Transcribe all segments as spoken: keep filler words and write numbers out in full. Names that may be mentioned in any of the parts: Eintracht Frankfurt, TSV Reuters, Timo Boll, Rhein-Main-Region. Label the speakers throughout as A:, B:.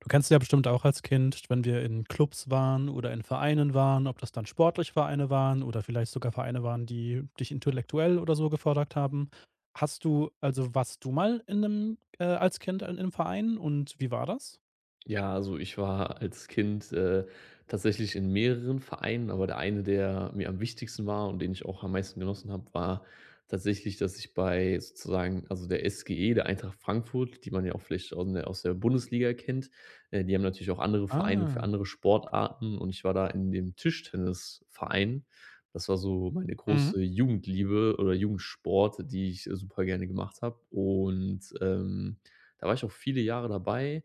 A: Du kennst ja bestimmt auch als Kind, wenn wir in Clubs waren oder in Vereinen waren, ob das dann sportlich Vereine waren oder vielleicht sogar Vereine waren, die dich intellektuell oder so gefordert haben. Hast du also warst du mal in 'nem äh, als Kind in 'nem Verein und wie war das?
B: Ja, also ich war als Kind, äh, tatsächlich in mehreren Vereinen, aber der eine, der mir am wichtigsten war und den ich auch am meisten genossen habe, war tatsächlich, dass ich bei sozusagen also der S G E, der Eintracht Frankfurt, die man ja auch vielleicht aus der aus der Bundesliga kennt, äh, die haben natürlich auch andere Vereine für
A: Ah.
B: andere Sportarten und ich war da in dem Tischtennisverein. Das war so meine
A: Mhm.
B: große Jugendliebe oder Jugendsport, die ich äh, super gerne gemacht habe und, ähm, da war ich auch viele Jahre dabei,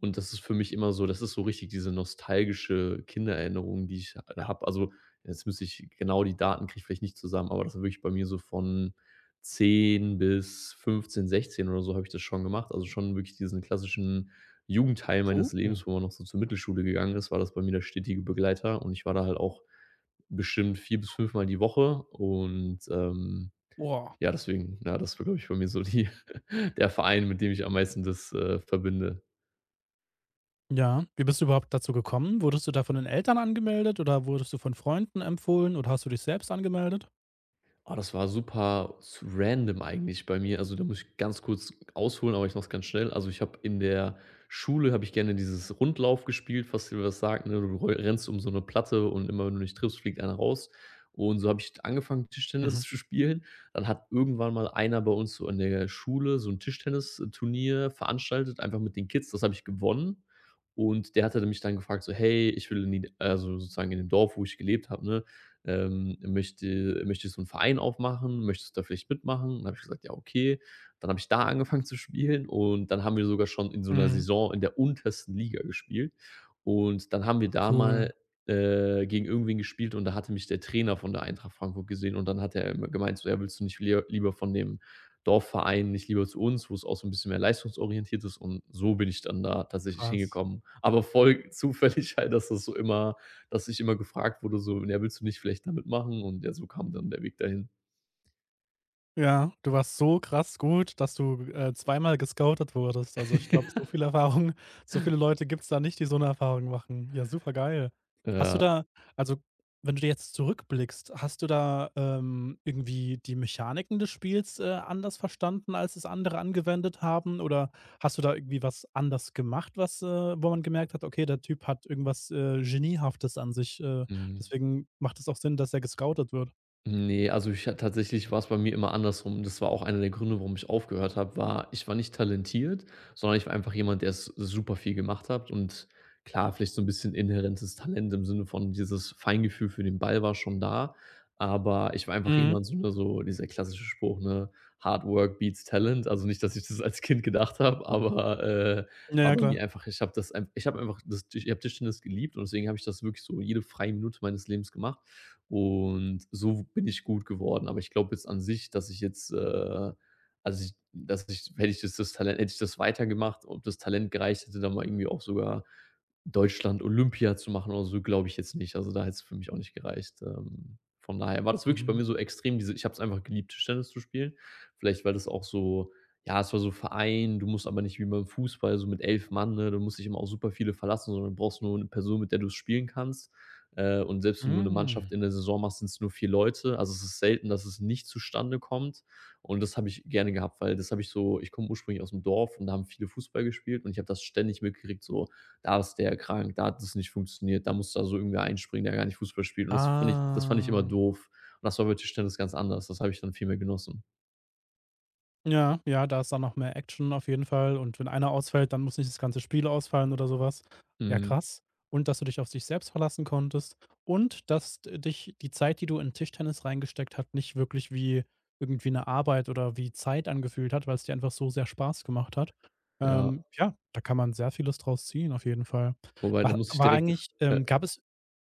B: und das ist für mich immer so, das ist so richtig diese nostalgische Kindererinnerung, die ich habe. Also, jetzt müsste ich genau, die Daten kriege ich vielleicht nicht zusammen, aber das war wirklich bei mir so von zehn bis fünfzehn, sechzehn oder so habe ich das schon gemacht. Also, schon wirklich diesen klassischen Jugendteil
A: Puh.
B: meines Lebens, wo man noch so zur Mittelschule gegangen ist, war das bei mir der stetige Begleiter, und ich war da halt auch bestimmt vier bis fünfmal die Woche und, ähm,
A: Boah.
B: ja, deswegen, ja, das war, glaube ich, bei mir so die der Verein, mit dem ich am meisten das, äh, verbinde.
A: Ja. Wie bist du überhaupt dazu gekommen? Wurdest du da von den Eltern angemeldet oder wurdest du von Freunden empfohlen oder hast du dich selbst angemeldet?
B: Oh, das war super s random eigentlich bei mir. Also, da muss ich ganz kurz ausholen, aber ich mache es ganz schnell. Also, ich habe in der Schule habe ich gerne dieses Rundlauf gespielt, was dir was sagt, ne? Du roll rennst um so eine Platte, und immer wenn du nicht triffst, fliegt einer raus. Und so habe ich angefangen, Tischtennis
A: Mhm.
B: zu spielen. Dann hat irgendwann mal einer bei uns so in der Schule so 'n Tischtennisturnier veranstaltet, einfach mit den Kids. Das habe ich gewonnen, und der hatte mich dann gefragt so: „Hey, ich will in die“, also sozusagen in dem Dorf, wo ich gelebt habe, ne, ähm, möchte, möchtest du einen Verein aufmachen? Möchtest du da vielleicht mitmachen?“ Dann habe ich gesagt: „Ja, okay.“ Dann habe ich da angefangen zu spielen, und dann haben wir sogar schon in so einer
A: Mhm.
B: Saison in der untersten Liga gespielt. Und dann haben wir da
A: Cool,
B: mal, äh, gegen irgendwen gespielt, und da hatte mich der Trainer von der Eintracht Frankfurt gesehen, und dann hat er immer gemeint so: „Ja, willst du nicht lie lieber von dem Dorfverein, nicht lieber zu uns, wo es auch so ein bisschen mehr leistungsorientiert ist?“ Und so bin ich dann da tatsächlich
A: krass.
B: hingekommen. Aber voll zufällig halt, dass das so immer dass ich immer gefragt wurde so: „Ja, willst du nicht vielleicht damit machen?“ Und ja, so kam dann der Weg dahin.
A: Ja, du warst so krass gut, dass du, äh, zweimal gescoutet wurdest. Also, ich glaube, so viel Erfahrung so viele Leute gibt's da nicht, die so eine Erfahrung machen. Ja, super geil. Hast du
B: Ja,
A: da also, wenn du jetzt zurückblickst, hast du da, ähm, irgendwie die Mechaniken des Spiels, äh, anders verstanden, als es andere angewendet haben? Oder hast du da irgendwie was anders gemacht, was, äh wo man gemerkt hat: „Okay, der Typ hat irgendwas, äh, Geniehaftes an sich, äh,
B: mhm.
A: deswegen macht es auch Sinn, dass er gescoutet wird?“
B: Nee, also ich ha tatsächlich, war's bei mir immer andersrum. Das war auch einer der Gründe, warum ich aufgehört habe: war ich war nicht talentiert, sondern ich war einfach jemand, der s super viel gemacht hat. Und klar, vielleicht so ein bisschen inhärentes Talent im Sinne von dieses Feingefühl für den Ball war schon da, aber ich war einfach
A: Mhm.
B: jemand, so 'ne so dieser klassische Spruch, ne: „Hard work beats talent.“ Also nicht, dass ich das als Kind gedacht habe, aber, äh,
A: Ja,
B: war
A: ja,
B: bei
A: klar.
B: mir einfach, ich habe das ein ich habe einfach das Tisch ich habe Tischtennis geliebt, und deswegen habe ich das wirklich so jede freie Minute meines Lebens gemacht. Und so bin ich gut geworden. Aber ich glaube jetzt an sich, dass ich jetzt, äh also ich, dass ich, hätte ich jetzt das Talent, hätte ich das weitergemacht, ob das Talent gereicht hätte, dann mal irgendwie auch sogar Deutschland Olympia zu machen oder so, glaube ich jetzt nicht. Also, da hätte es für mich auch nicht gereicht. Ähm, von daher war das wirklich bei
A: Mhm.
B: mir so extrem, diese, ich habe es einfach geliebt, Tischtennis zu spielen. Vielleicht, weil das auch so, ja, es war so Verein, du musst aber nicht wie beim Fußball so mit elf Mann, ne? Du musst dich immer auch super viele verlassen, sondern du brauchst nur eine Person, mit der du's spielen kannst. Äh, und selbst wenn du eine Mannschaft
A: Mhm.
B: in der Saison machst, sind es nur vier Leute. Also, es ist selten, dass es nicht zustande kommt. Und das habe ich gerne gehabt, weil das habe ich so ich komme ursprünglich aus dem Dorf, und da haben viele Fußball gespielt, und ich habe das ständig mitgekriegt, so, da ist der krank, da hat das nicht funktioniert, da muss da so irgendwer einspringen, der gar nicht Fußball spielt. Und das fand ich das fand ich immer
A: Ah.
B: doof. Und das war bei Tischtennis ganz anders. Das habe ich dann viel mehr genossen.
A: Ja, ja, da ist dann noch mehr Action auf jeden Fall, und wenn einer ausfällt, dann muss nicht das ganze Spiel ausfallen oder sowas. Ja,
B: Mhm.
A: krass. Und dass du dich auf dich selbst verlassen konntest und dass d dich die Zeit, die du in Tischtennis reingesteckt hat, nicht wirklich wie irgendwie eine Arbeit oder wie Zeit angefühlt hat, weil es dir einfach so sehr Spaß gemacht hat.
B: Ja.
A: Ähm, ja, da kann man sehr vieles draus ziehen auf jeden Fall.
B: Wobei, da
A: Wa
B: muss ich
A: war
B: direkt
A: eigentlich
B: äh,
A: ähm, gab es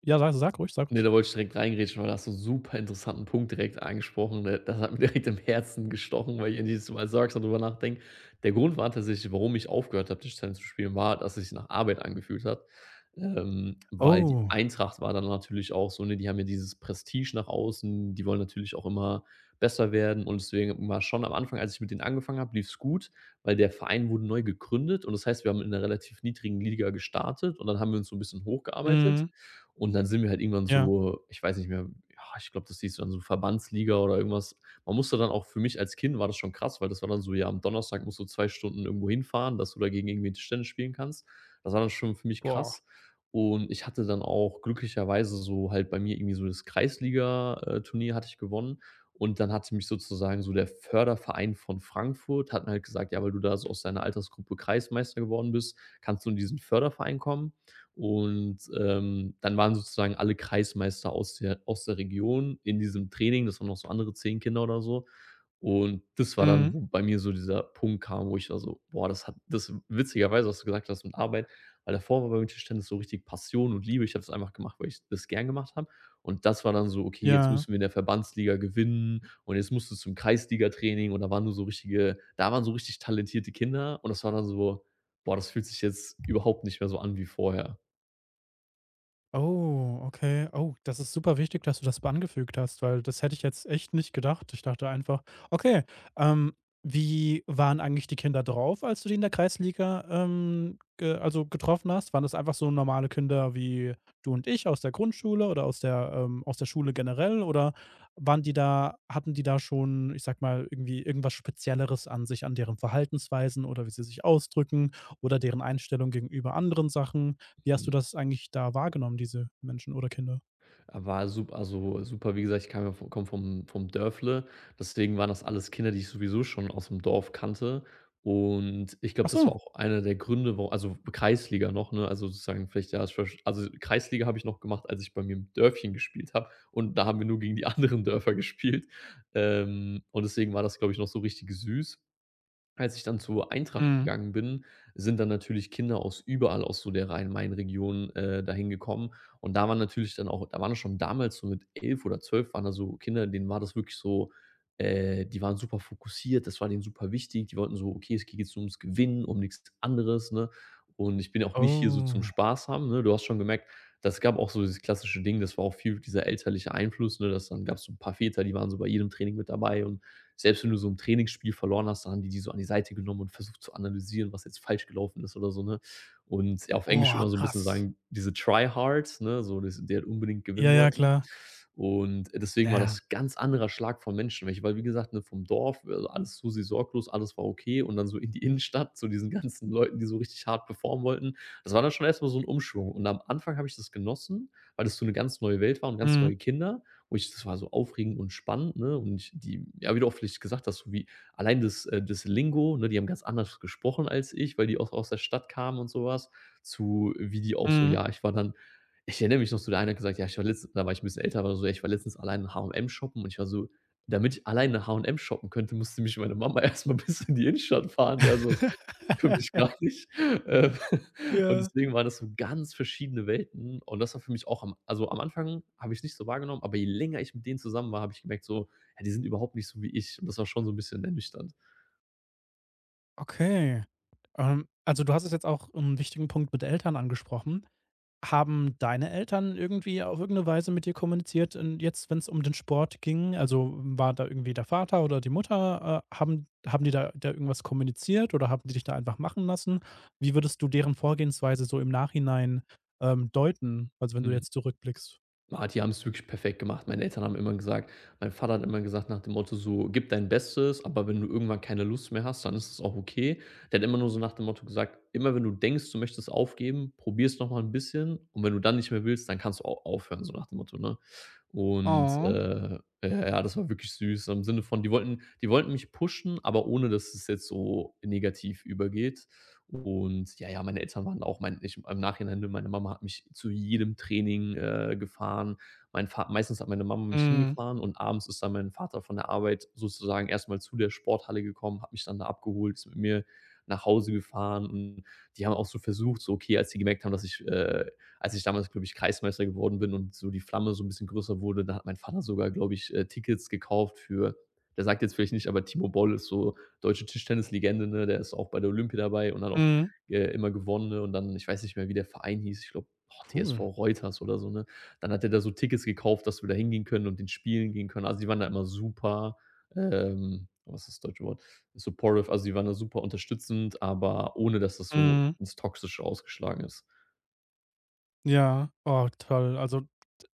A: ja, sa sag ruhig, sag
B: Ne,
A: ruhig.
B: da wollte ich direkt reingrätschen, weil da hast du 'n super interessanten Punkt direkt angesprochen. D das hat mir direkt im Herzen gestochen, weil ich irgendwie jedes Mal sagst und drüber nachdenke. Der Grund war tatsächlich, warum ich aufgehört habe, Tischtennis zu spielen, war, dass sich's nach Arbeit angefühlt hat, ähm, weil die
A: Oh.
B: Eintracht war dann natürlich auch so, ne, die haben ja dieses Prestige nach außen, die wollen natürlich auch immer besser werden, und deswegen, war schon am Anfang, als ich mit denen angefangen habe, lief's gut, weil der Verein wurde neu gegründet, und das heißt, wir haben in 'ner relativ niedrigen Liga gestartet, und dann haben wir uns so 'n bisschen hochgearbeitet,
A: Mhm.
B: und dann sind wir halt irgendwann
A: Ja.
B: so, ich weiß nicht mehr, ja, ich glaube, das hieß dann so Verbandsliga oder irgendwas. Man musste dann auch, für mich als Kind war das schon krass, weil das war dann so, ja, am Donnerstag musst du zwei Stunden irgendwo hinfahren, dass du dagegen irgendwie Tischtennis spielen kannst. Das war dann schon für mich
A: Boah.
B: krass. Und ich hatte dann auch glücklicherweise so halt bei mir irgendwie so das Kreisliga-Turnier hatte ich gewonnen. Und dann hatte mich sozusagen so der Förderverein von Frankfurt, hatten halt gesagt, ja, weil du da so aus deiner Altersgruppe Kreismeister geworden bist, kannst du in diesen Förderverein kommen. Und, ähm, dann waren sozusagen alle Kreismeister aus der aus der Region in diesem Training. Das waren noch so andere zehn Kinder oder so. Und das war dann,
A: Mhm.
B: wo bei mir so dieser Punkt kam, wo ich war so: „Boah, das hat“, das, witzigerweise, was du gesagt hast mit Arbeit, weil davor war bei mir Tischtennis so richtig Passion und Liebe. Ich habe das einfach gemacht, weil ich das gern gemacht habe. Und das war dann so: „Okay, jetzt
A: Ja.
B: müssen wir in der Verbandsliga gewinnen, und jetzt musst du zum Training.“ Und da waren nur so richtige da waren so richtig talentierte Kinder, und das war dann so: „Boah, das fühlt sich jetzt überhaupt nicht mehr so an wie vorher.“
A: Oh, okay. Oh, das ist super wichtig, dass du das b angefügt hast, weil das hätte ich jetzt echt nicht gedacht. Ich dachte einfach okay, ähm, wie waren eigentlich die Kinder drauf, als du die in der Kreisliga, ähm, ge also getroffen hast? Waren das einfach so normale Kinder wie du und ich aus der Grundschule oder aus der ähm, aus der Schule generell? Oder waren die da hatten die da schon, ich sag mal, irgendwie irgendwas Spezielleres an sich, an deren Verhaltensweisen oder wie sie sich ausdrücken oder deren Einstellung gegenüber anderen Sachen? Wie hast du
B: Mhm.
A: das eigentlich da wahrgenommen, diese Menschen oder Kinder?
B: War sup Also, super, wie gesagt, ich kam ja vo komme vom vom Dörfle, deswegen waren das alles Kinder, die ich sowieso schon aus'm Dorf kannte. Und ich
A: Ach
B: glaube, das
A: so.
B: war auch einer der Gründe, wa also Kreisliga noch, ne? Also sozusagen vielleicht, ja, also Kreisliga habe ich noch gemacht, als ich bei mir im Dörfchen gespielt habe, und da haben wir nur gegen die anderen Dörfer gespielt. Ähm, und deswegen war das, glaube ich, noch so richtig süß. Als ich dann zur Eintracht
A: Mhm.
B: gegangen bin, sind dann natürlich Kinder aus überall aus so der Rhein-Main-Region, äh, dahin gekommen. Und da waren natürlich dann auch, da waren schon damals so mit elf oder zwölf waren da so Kinder, denen war das wirklich so, äh, die waren super fokussiert, das war denen super wichtig. Die wollten so: „Okay, es geht jetzt nur ums Gewinnen, um nichts anderes“, ne? „Und ich bin auch nicht hier so zum
A: Oh.
B: Spaß haben“, ne? Du hast schon gemerkt, das gab auch so dieses klassische Ding, das war auch viel dieser elterliche Einfluss, ne? Dass, dann gab es so ein paar Väter, die waren so bei jedem Training mit dabei, und selbst wenn du so im Trainingsspiel verloren hast, da haben die die so an die Seite genommen und versucht zu analysieren, was jetzt falsch gelaufen ist oder so, ne? Und ja, auf Englisch
A: Boah,
B: immer so ein bisschen
A: krass.
B: sagen, diese Tryhards, ne, so das die halt unbedingt
A: Ja,
B: gewinnen
A: ja,
B: wollten.
A: klar.
B: Und deswegen war
A: Damn.
B: das ganz anderer Schlag von Menschen, weil ich war, wie gesagt, ne, vom Dorf, also alles Susi sorglos, alles war okay, und dann so in die Innenstadt zu diesen ganzen Leuten, die so richtig hart performen wollten. Das war dann schon erstmal so ein Umschwung, und am Anfang habe ich das genossen, weil das so eine ganz neue Welt war und ganz
A: Mhm.
B: neue Kinder, wo ich, das war so aufregend und spannend, ne? Und ich die ja, wie du auch vielleicht gesagt hast, so wie allein das äh, das Lingo, ne, die haben ganz anders gesprochen als ich, weil die auch aus der Stadt kamen und sowas zu wie die auch so
A: Mhm.
B: ja, ich war dann ich erinnere mich noch so, der eine hat gesagt: „Ja, ich war letztens“ da war ich ein bisschen älter, aber so: „Ja, ich war letztens allein in H und M shoppen“ und ich war so damit ich alleine H und M shoppen könnte, musste mich meine Mama erstmal bis in die Innenstadt fahren. Ja, so was für mich gar nicht ähm, und
A: Ja.
B: deswegen waren das so ganz verschiedene Welten und das war für mich auch am also, am Anfang habe ich es nicht so wahrgenommen, aber je länger ich mit denen zusammen war, habe ich gemerkt so: „Ja, die sind überhaupt nicht so wie ich.“ Und das war schon so ein bisschen ernüchternd.
A: Okay. Ähm, also du hast es jetzt auch einen wichtigen Punkt mit Eltern angesprochen. Haben deine Eltern irgendwie auf irgendeine Weise mit dir kommuniziert in jetzt, wenn es um den Sport ging? Also, hm, war da irgendwie der Vater oder die Mutter, äh, haben haben die da da irgendwas kommuniziert oder haben die dich da einfach machen lassen? Wie würdest du deren Vorgehensweise so im Nachhinein, ähm, deuten? Also, wenn du
B: Mhm.
A: jetzt zurückblickst.
B: Ah, die haben es wirklich perfekt gemacht. Meine Eltern haben immer gesagt mein Vater hat immer gesagt nach dem Motto so: „Gib dein Bestes, aber wenn du irgendwann keine Lust mehr hast, dann ist es auch okay.“ Der hat immer nur so nach dem Motto gesagt: „Immer wenn du denkst, du möchtest aufgeben, probier's noch mal ein bisschen und wenn du dann nicht mehr willst, dann kannst du auch aufhören“, so nach dem Motto, ne? Und,
A: Oh.
B: äh, ja, ja, das war wirklich süß im Sinne von, die wollten die wollten mich pushen, aber ohne, dass es jetzt so negativ übergeht. Und ja, ja, meine Eltern waren auch mein ich im Nachhinein ne, meine Mama hat mich zu jedem Training, äh, gefahren. Mein Vater, meistens hat meine Mama mich
A: Mhm.
B: hingefahren und abends ist dann mein Vater von der Arbeit sozusagen erstmal zu der Sporthalle gekommen, hat mich dann da abgeholt, ist mit mir nach Hause gefahren und die haben auch so versucht so, okay, als die gemerkt haben, dass ich, äh als ich damals, glaube ich, Kreismeister geworden bin und so die Flamme so ein bisschen größer wurde, da hat mein Vater sogar, glaube ich, äh, Tickets gekauft für der sagt jetzt vielleicht nicht, aber Timo Boll ist so deutsche Tischtennislegende, ne, der ist auch bei der Olympia dabei und hat auch,
A: Mhm.
B: äh, immer gewonnen, ne? Und dann ich weiß nicht mehr, wie der Verein hieß, ich glaube, oh,
A: Cool.
B: T S V Reuters oder so, ne? Dann hat er da so Tickets gekauft, dass wir da hingehen können und den spielen gehen können. Also, die waren da immer super, ähm was ist das deutsche Wort? Supportive, also, die waren da super unterstützend, aber ohne dass das so
A: Mhm.
B: ins Toxische ausgeschlagen ist.
A: Ja, oh toll. Also,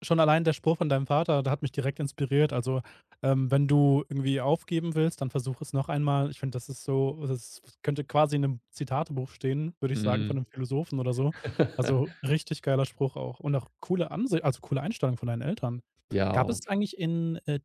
A: schon allein der Spruch von deinem Vater, der hat mich direkt inspiriert. Also, ähm, wenn du irgendwie aufgeben willst, dann versuch es noch einmal. Ich finde, das ist so das könnte quasi in einem Zitatebuch stehen, würde ich sagen, von
B: Mhm.
A: einem Philosophen oder so. Also, richtig geiler Spruch auch und auch coole Ansicht, also, coole Einstellung von deinen Eltern.
B: Ja,
A: Gab es
B: auf
A: eigentlich in, äh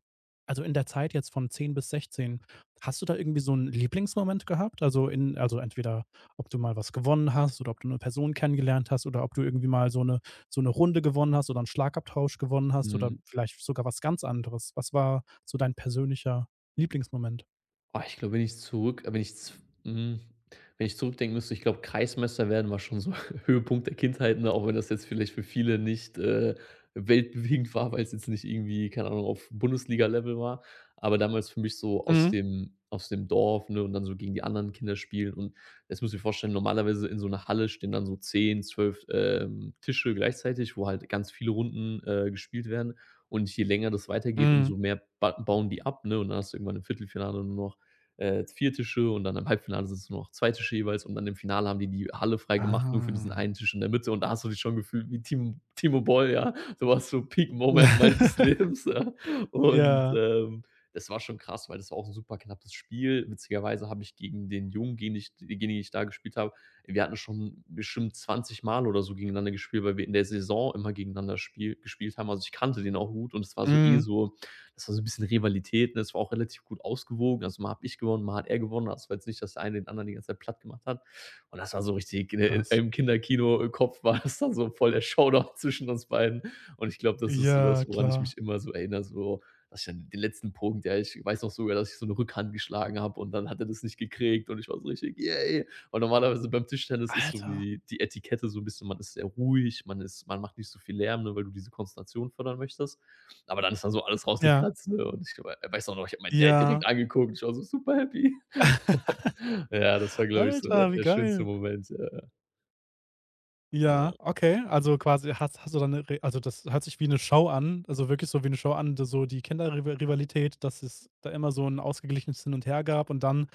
A: also, in der Zeit jetzt von zehn bis sechzehn, hast du da irgendwie so einen Lieblingsmoment gehabt? Also, in also, entweder, ob du mal was gewonnen hast oder ob du eine Person kennengelernt hast oder ob du irgendwie mal so 'ne so eine Runde gewonnen hast oder einen Schlagabtausch gewonnen hast oder
B: mhm.
A: vielleicht sogar was ganz anderes? Was war so dein persönlicher Lieblingsmoment?
B: Oh, ich glaube, wenn ich zurück wenn ich z hm, wenn ich zurückdenken müsste, ich glaube, Kreismeister werden war schon so Höhepunkt der Kindheit, ne, auch wenn das jetzt vielleicht für viele nicht, äh, weltbewegend war, weil es jetzt nicht irgendwie, keine Ahnung, auf Bundesliga-Level war. Aber damals für mich so aus
A: Mhm,
B: dem aus dem Dorf, ne, und dann so gegen die anderen Kinder spielen. Und jetzt muss ich mir vorstellen, normalerweise in so einer Halle stehen dann so zehn zwölf ähm, Tische gleichzeitig, wo halt ganz viele Runden, äh, gespielt werden. Und je länger das weitergeht,
A: mhm.
B: umso mehr ba bauen die ab, ne? Und dann hast du irgendwann im Viertelfinale nur noch äh, vier Tische und dann im Halbfinale sind's nur noch zwei Tische jeweils und dann im Finale haben die die Halle freigemacht, nur für diesen
A: Ah.
B: einen Tisch in der Mitte und da hast du dich schon gefühlt wie Tim Timo Boll, ja. So was so Peak Moment meines Lebens, ja. Und,
A: Ja.
B: ähm, das war schon krass, weil das war auch ein super knappes Spiel. Witzigerweise habe ich gegen den Jungen, gegen den ich den ich da gespielt habe wir hatten schon bestimmt zwanzig Mal oder so gegeneinander gespielt, weil wir in der Saison immer gegeneinander spiel gespielt haben. Also, ich kannte den auch gut und es war so eh
A: Mhm.
B: so das war so ein bisschen Rivalität, ne? Es war auch relativ gut ausgewogen. Also, mal habe ich gewonnen, mal hat er gewonnen. Also, war jetzt nicht, dass der eine den anderen die ganze Zeit platt gemacht hat. Und das war so richtig, ne,
A: Krass.
B: im Kinderkino äh, Kopf war das dann so voll der Showdown zwischen uns beiden. Und ich glaube, das ist so
A: Ja,
B: das, woran ich
A: klar.
B: mich immer so erinnere, so, dass ich dann den letzten Punkt ja, ich weiß noch sogar, dass ich so eine Rückhand geschlagen habe und dann hat er das nicht gekriegt und ich war so richtig: „Yay!“ Und normalerweise beim Tischtennis ist so
A: Alter.
B: die die Etikette so ein bisschen man ist sehr ruhig, man ist man macht nicht so viel Lärm, ne, weil du diese Konzentration fördern möchtest. Aber dann ist dann so alles
A: Ja,
B: rausgeplatzt, ne? Und ich wei weiß auch noch, ich habe meinen Dad
A: ja.
B: direkt angeguckt. Ich war so super happy. Ja, das war, glaube ich, so der
A: Alter, wie
B: der schönste
A: geil.
B: Moment. Ja, ja.
A: Ja,
B: Ja.
A: okay. Also, quasi hast hast du dann 'ne Re also, das hört sich wie eine Show an, also, wirklich so wie eine Show an, d so die Kinderriva Rivalität, dass es da immer so ein ausgeglichenes Hin und Her gab und dann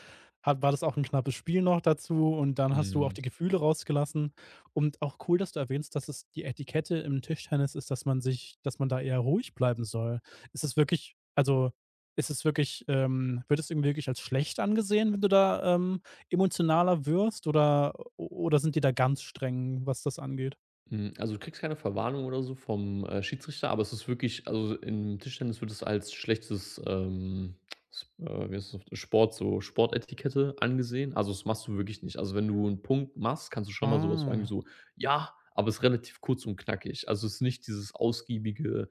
A: hat war das auch ein knappes Spiel noch dazu und dann hast du auch
B: Mhm.
A: die Gefühle rausgelassen, und auch cool, dass du erwähnst, dass es die Etikette im Tischtennis ist, dass man sich dass man da eher ruhig bleiben soll. Ist es wirklich also, ist es wirklich, ähm wird es irgendwie wirklich als schlecht angesehen, wenn du da, ähm emotionaler wirst oder oder sind die da ganz streng, was das angeht?
B: Mhm. Also, du kriegst keine Verwarnung oder so vom, äh, Schiedsrichter, aber es ist wirklich also, im Tischtennis wird es als schlechtes, ähm, s äh, wie heißt das, Sport so Sportetikette angesehen. Also, das machst du wirklich nicht. Also, wenn du einen Punkt machst, kannst du schon mal sowas was wie
A: Ah,
B: so: „Ja“, aber es ist relativ kurz und knackig. Also, es ist nicht dieses ausgiebige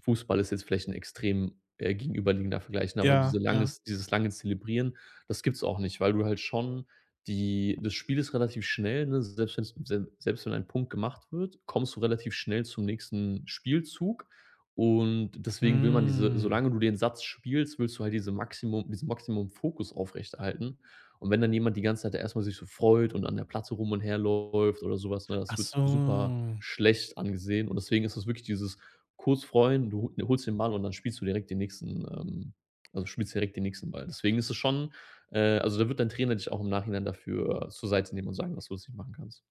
B: Fußball ist jetzt vielleicht ein extrem, äh, gegenüberliegender Vergleich, ne, aber
A: ja,
B: diese
A: ja.
B: langes dieses lange Zelebrieren, das gibt's auch nicht, weil du halt schon die das Spiel ist relativ schnell, ne? Selbst wenn's se selbst wenn ein Punkt gemacht wird, kommst du relativ schnell zum nächsten Spielzug und deswegen will man diese
A: Hm.
B: solange du den Satz spielst, willst du halt diese Maximum diesen Maximum Fokus aufrechterhalten und wenn dann jemand die ganze Zeit erst mal sich so freut und an der Platte rum und herläuft oder sowas, ne,
A: Ach
B: das wird super
A: so.
B: schlecht angesehen und deswegen ist es wirklich dieses kurz freuen, du hol holst den Ball und dann spielst du direkt den nächsten, ähm also, spielst direkt den nächsten Ball. Deswegen ist es schon äh, also, da wird dein Trainer dich auch im Nachhinein dafür zur Seite nehmen und sagen, dass du das nicht machen kannst.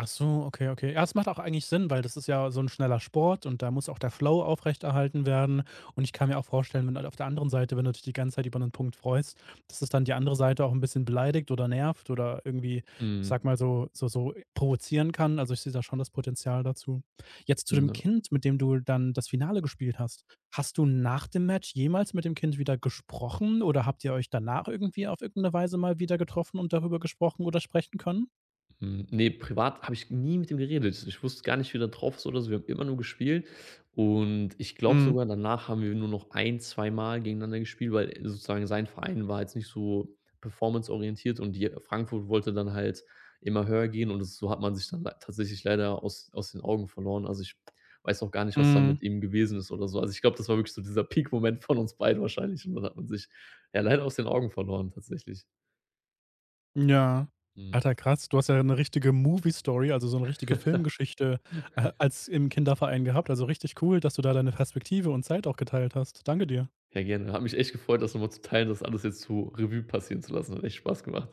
A: Ach so, okay, okay. Ja, es macht auch eigentlich Sinn, weil das ist ja so ein schneller Sport und da muss auch der Flow aufrechterhalten werden. Und ich kann mir auch vorstellen, wenn halt auf der anderen Seite, wenn du dich die ganze Zeit über einen Punkt freust, dass es dann die andere Seite auch ein bisschen beleidigt oder nervt oder irgendwie, ich
B: Mhm.
A: sag mal, so so so provozieren kann. Also, ich sehe da schon das Potenzial dazu. Jetzt zu
B: Mhm,
A: dem
B: ja.
A: Kind, mit dem du dann das Finale gespielt hast. Hast du nach dem Match jemals mit dem Kind wieder gesprochen oder habt ihr euch danach irgendwie auf irgendeine Weise mal wieder getroffen und darüber gesprochen oder sprechen können?
B: Hm, ne, privat habe ich nie mit ihm geredet. Ich wusste gar nicht, wie der drauf ist oder so. Wir haben immer nur gespielt und ich glaube
A: Mhm,
B: sogar, danach haben wir nur noch ein zweimal gegeneinander gespielt, weil sozusagen sein Verein war jetzt nicht so performanceorientiert und die Frankfurt wollte dann halt immer höher gehen und das, so hat man sich dann lei tatsächlich leider aus aus den Augen verloren. Also, ich weiß auch gar nicht, was da
A: mhm.
B: mit ihm gewesen ist oder so. Also, ich glaube, das war wirklich so dieser Peak-Moment von uns beiden wahrscheinlich und dann hat man sich, ja, leider aus den Augen verloren tatsächlich.
A: Ja.
B: Mhm.
A: Alter, krass. Du hast ja eine richtige Movie Story, also, so eine richtige Filmgeschichte, äh, als im Kinderverein gehabt. Also, richtig cool, dass du da deine Perspektive und Zeit auch geteilt hast. Danke dir.
B: Ja, gerne. Hat mich echt gefreut, das noch mal zu teilen, das alles jetzt zu Revue passieren zu lassen. Hat echt Spaß gemacht.